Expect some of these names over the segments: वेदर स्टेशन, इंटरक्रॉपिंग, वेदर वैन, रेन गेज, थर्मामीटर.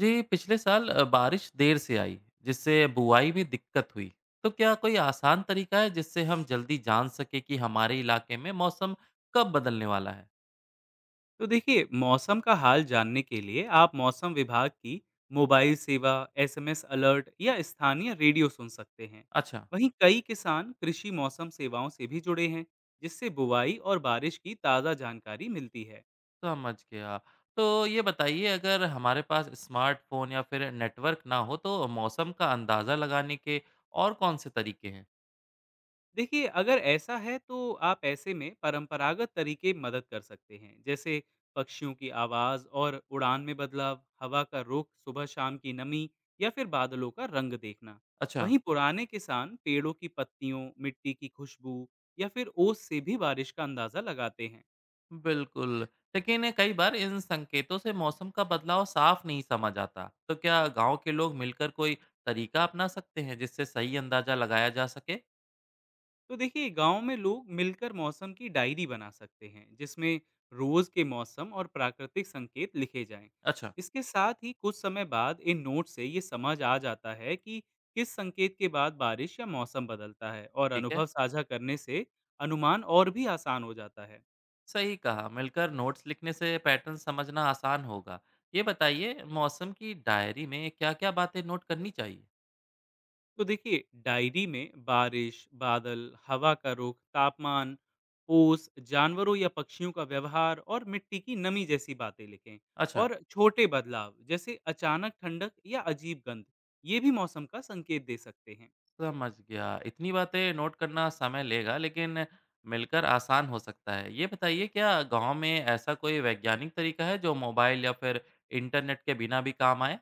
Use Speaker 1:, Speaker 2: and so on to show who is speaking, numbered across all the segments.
Speaker 1: जी पिछले साल बारिश देर से आई जिससे बुआई में दिक्कत हुई। तो क्या कोई आसान तरीका है जिससे हम जल्दी जान सके कि हमारे इलाके में मौसम कब बदलने वाला है?
Speaker 2: तो देखिए, मौसम का हाल जानने के लिए आप मौसम विभाग की मोबाइल सेवा, एसएमएस अलर्ट या स्थानीय रेडियो सुन सकते हैं।
Speaker 1: अच्छा।
Speaker 2: वहीं कई किसान कृषि मौसम सेवाओं से भी जुड़े हैं, जिससे बुवाई और बारिश की ताज़ा जानकारी मिलती है।
Speaker 1: समझ गया। तो ये बताइए, अगर हमारे पास स्मार्टफोन या फिर नेटवर्क ना हो तो मौसम का अंदाज़ा लगाने के और कौन से तरीके हैं?
Speaker 2: देखिए, अगर ऐसा है तो आप ऐसे में परंपरागत तरीके मदद कर सकते हैं, जैसे पक्षियों की आवाज़ और उड़ान में बदलाव, हवा का रुख, सुबह-शाम की नमी या फिर बादलों का रंग देखना।
Speaker 1: अच्छा।
Speaker 2: वहीं पुराने किसान पेड़ों की पत्तियों, मिट्टी की खुशबू या फिर ओस से भी बारिश का अंदाज़ा लगाते हैं।
Speaker 1: बिल्कुल, लेकिन कई बार इन संकेतों से मौसम का बदलाव साफ नहीं समझ आता, तो क्या गांव के लोग मिलकर कोई तरीका अपना सकते हैं जिससे सही अंदाजा लगाया जा सके?
Speaker 2: तो देखिए, गांव में लोग मिलकर मौसम की डायरी बना सकते हैं, जिसमें रोज के मौसम और प्राकृतिक संकेत लिखे जाएं।
Speaker 1: अच्छा।
Speaker 2: इसके साथ ही कुछ समय बाद इन नोट से ये समझ आ जाता है कि किस संकेत के बाद बारिश या मौसम बदलता है, और
Speaker 1: ठीक है।
Speaker 2: अनुभव साझा करने से अनुमान और भी आसान हो जाता है।
Speaker 1: सही कहा, मिलकर नोट्स लिखने से पैटर्न समझना आसान होगा। ये बताइए, मौसम की डायरी में क्या-क्या बातें नोट करनी चाहिए?
Speaker 2: तो देखिए, डायरी में बारिश, बादल, हवा का रुख, तापमान, ओस, जानवरों या पक्षियों का व्यवहार और मिट्टी की नमी जैसी बातें लिखें।
Speaker 1: अच्छा।
Speaker 2: और छोटे बदलाव जैसे अचानक ठंडक या अजीब गंध, ये भी मौसम का संकेत दे सकते हैं।
Speaker 1: समझ गया। इतनी बातें नोट करना समय लेगा, लेकिन मिलकर आसान हो सकता है। ये बताइए, क्या गाँव में ऐसा कोई वैज्ञानिक तरीका है जो मोबाइल या फिर इंटरनेट के बिना भी काम आए?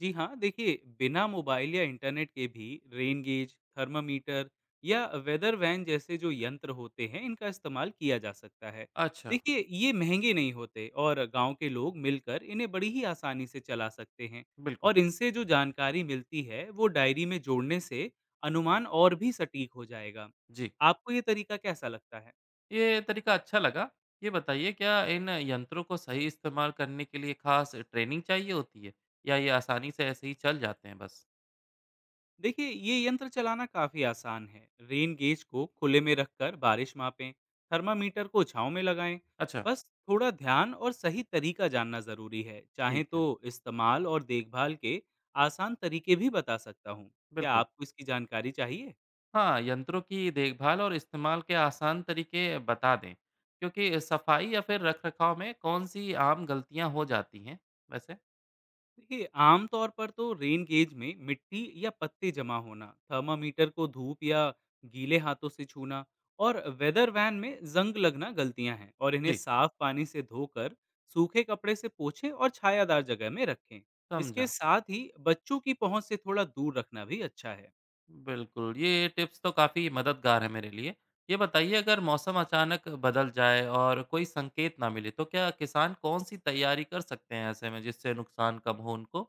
Speaker 2: जी हाँ, देखिए, बिना मोबाइल या इंटरनेट के भी रेन गेज, थर्मामीटर या वेदर वैन जैसे जो यंत्र होते हैं, इनका इस्तेमाल किया जा सकता है।
Speaker 1: अच्छा।
Speaker 2: देखिए, ये महंगे नहीं होते और गांव के लोग मिलकर इन्हें बड़ी ही आसानी से चला सकते हैं।
Speaker 1: बिल्कुल।
Speaker 2: और इनसे जो जानकारी मिलती है, वो डायरी में जोड़ने से अनुमान और भी सटीक हो जाएगा।
Speaker 1: जी।
Speaker 2: आपको ये तरीका कैसा लगता है?
Speaker 1: ये तरीका अच्छा लगा। ये बताइए, क्या इन यंत्रों को सही इस्तेमाल करने के लिए खास ट्रेनिंग चाहिए होती है, या ये आसानी से ऐसे ही चल जाते हैं बस?
Speaker 2: देखिए, ये यंत्र चलाना काफी आसान है। रेन गेज को खुले में रखकर बारिश मापें, थर्मामीटर को छांव में लगाएं।
Speaker 1: अच्छा।
Speaker 2: बस थोड़ा ध्यान और सही तरीका जानना जरूरी है। चाहे
Speaker 1: ठीक
Speaker 2: तो
Speaker 1: है।
Speaker 2: इस्तेमाल और देखभाल के आसान तरीके भी बता सकता हूँ। क्या
Speaker 1: बिल्कुल।
Speaker 2: आपको इसकी जानकारी चाहिए?
Speaker 1: हाँ, यंत्रों की देखभाल और इस्तेमाल के आसान तरीके बता दें, क्योंकि सफाई या फिर रखरखाव में कौन सी आम गलतियां हो जाती हैं वैसे?
Speaker 2: देखिए, आमतौर पर तो रेन गेज में मिट्टी या पत्ते जमा होना, थर्मामीटर को धूप या गीले हाथों से छूना और वेदर वैन में जंग लगना गलतियां हैं। और इन्हें
Speaker 1: जी।
Speaker 2: साफ पानी से धोकर सूखे कपड़े से पोछें और छायादार जगह में रखें। इसके
Speaker 1: समझा।
Speaker 2: साथ ही बच्चों की पहुंच से थोड़ा दूर रखना भी अच्छा है।
Speaker 1: बिल्कुल, ये टिप्स तो काफ़ी मददगार है मेरे लिए। ये बताइए, अगर मौसम अचानक बदल जाए और कोई संकेत ना मिले तो क्या किसान कौन सी तैयारी कर सकते हैं ऐसे में, जिससे नुकसान कम हो उनको?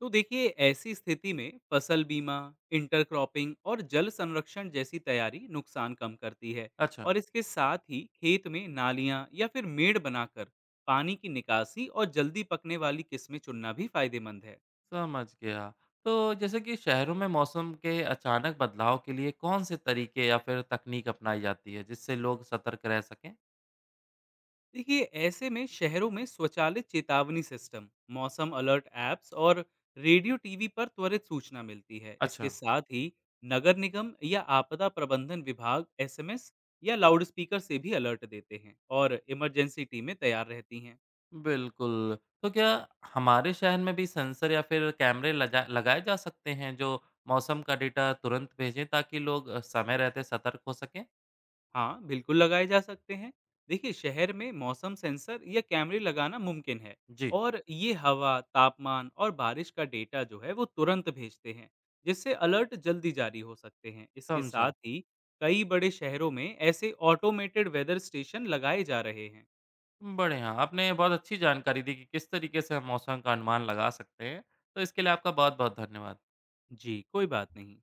Speaker 2: तो देखिए, ऐसी स्थिति में फसल बीमा, इंटरक्रॉपिंग और जल संरक्षण जैसी तैयारी नुकसान कम करती है।
Speaker 1: अच्छा।
Speaker 2: और इसके साथ ही खेत में नालियां या फिर मेड़ बनाकर पानी की निकासी और जल्दी पकने वाली किस्में चुनना भी फायदेमंद है।
Speaker 1: समझ गया। तो जैसे कि शहरों में मौसम के अचानक बदलाव के लिए कौन से तरीके या फिर तकनीक अपनाई जाती है जिससे लोग सतर्क रह सकें?
Speaker 2: देखिए, ऐसे में शहरों में स्वचालित चेतावनी सिस्टम, मौसम अलर्ट ऐप्स और रेडियो, टीवी पर त्वरित सूचना मिलती है। इसके
Speaker 1: अच्छा।
Speaker 2: साथ ही नगर निगम या आपदा प्रबंधन विभाग एसएमएस या लाउडस्पीकर से भी अलर्ट देते हैं और इमरजेंसी टीमें तैयार रहती हैं।
Speaker 1: बिल्कुल। तो क्या हमारे शहर में भी सेंसर या फिर कैमरे लजा लगाए जा सकते हैं जो मौसम का डेटा तुरंत भेजें, ताकि लोग समय रहते सतर्क हो सकें?
Speaker 2: हाँ, बिल्कुल लगाए जा सकते हैं। देखिए, शहर में मौसम सेंसर या कैमरे लगाना मुमकिन है
Speaker 1: जी।
Speaker 2: और ये हवा, तापमान और बारिश का डेटा जो है, वो तुरंत भेजते हैं, जिससे अलर्ट जल्दी जारी हो सकते हैं। इसके
Speaker 1: समझा।
Speaker 2: साथ ही कई बड़े शहरों में ऐसे ऑटोमेटेड वेदर स्टेशन लगाए जा रहे हैं।
Speaker 1: बढ़िया, आपने बहुत अच्छी जानकारी दी कि किस तरीके से हम मौसम का अनुमान लगा सकते हैं। तो इसके लिए आपका बहुत-बहुत धन्यवाद।
Speaker 2: जी, कोई बात नहीं।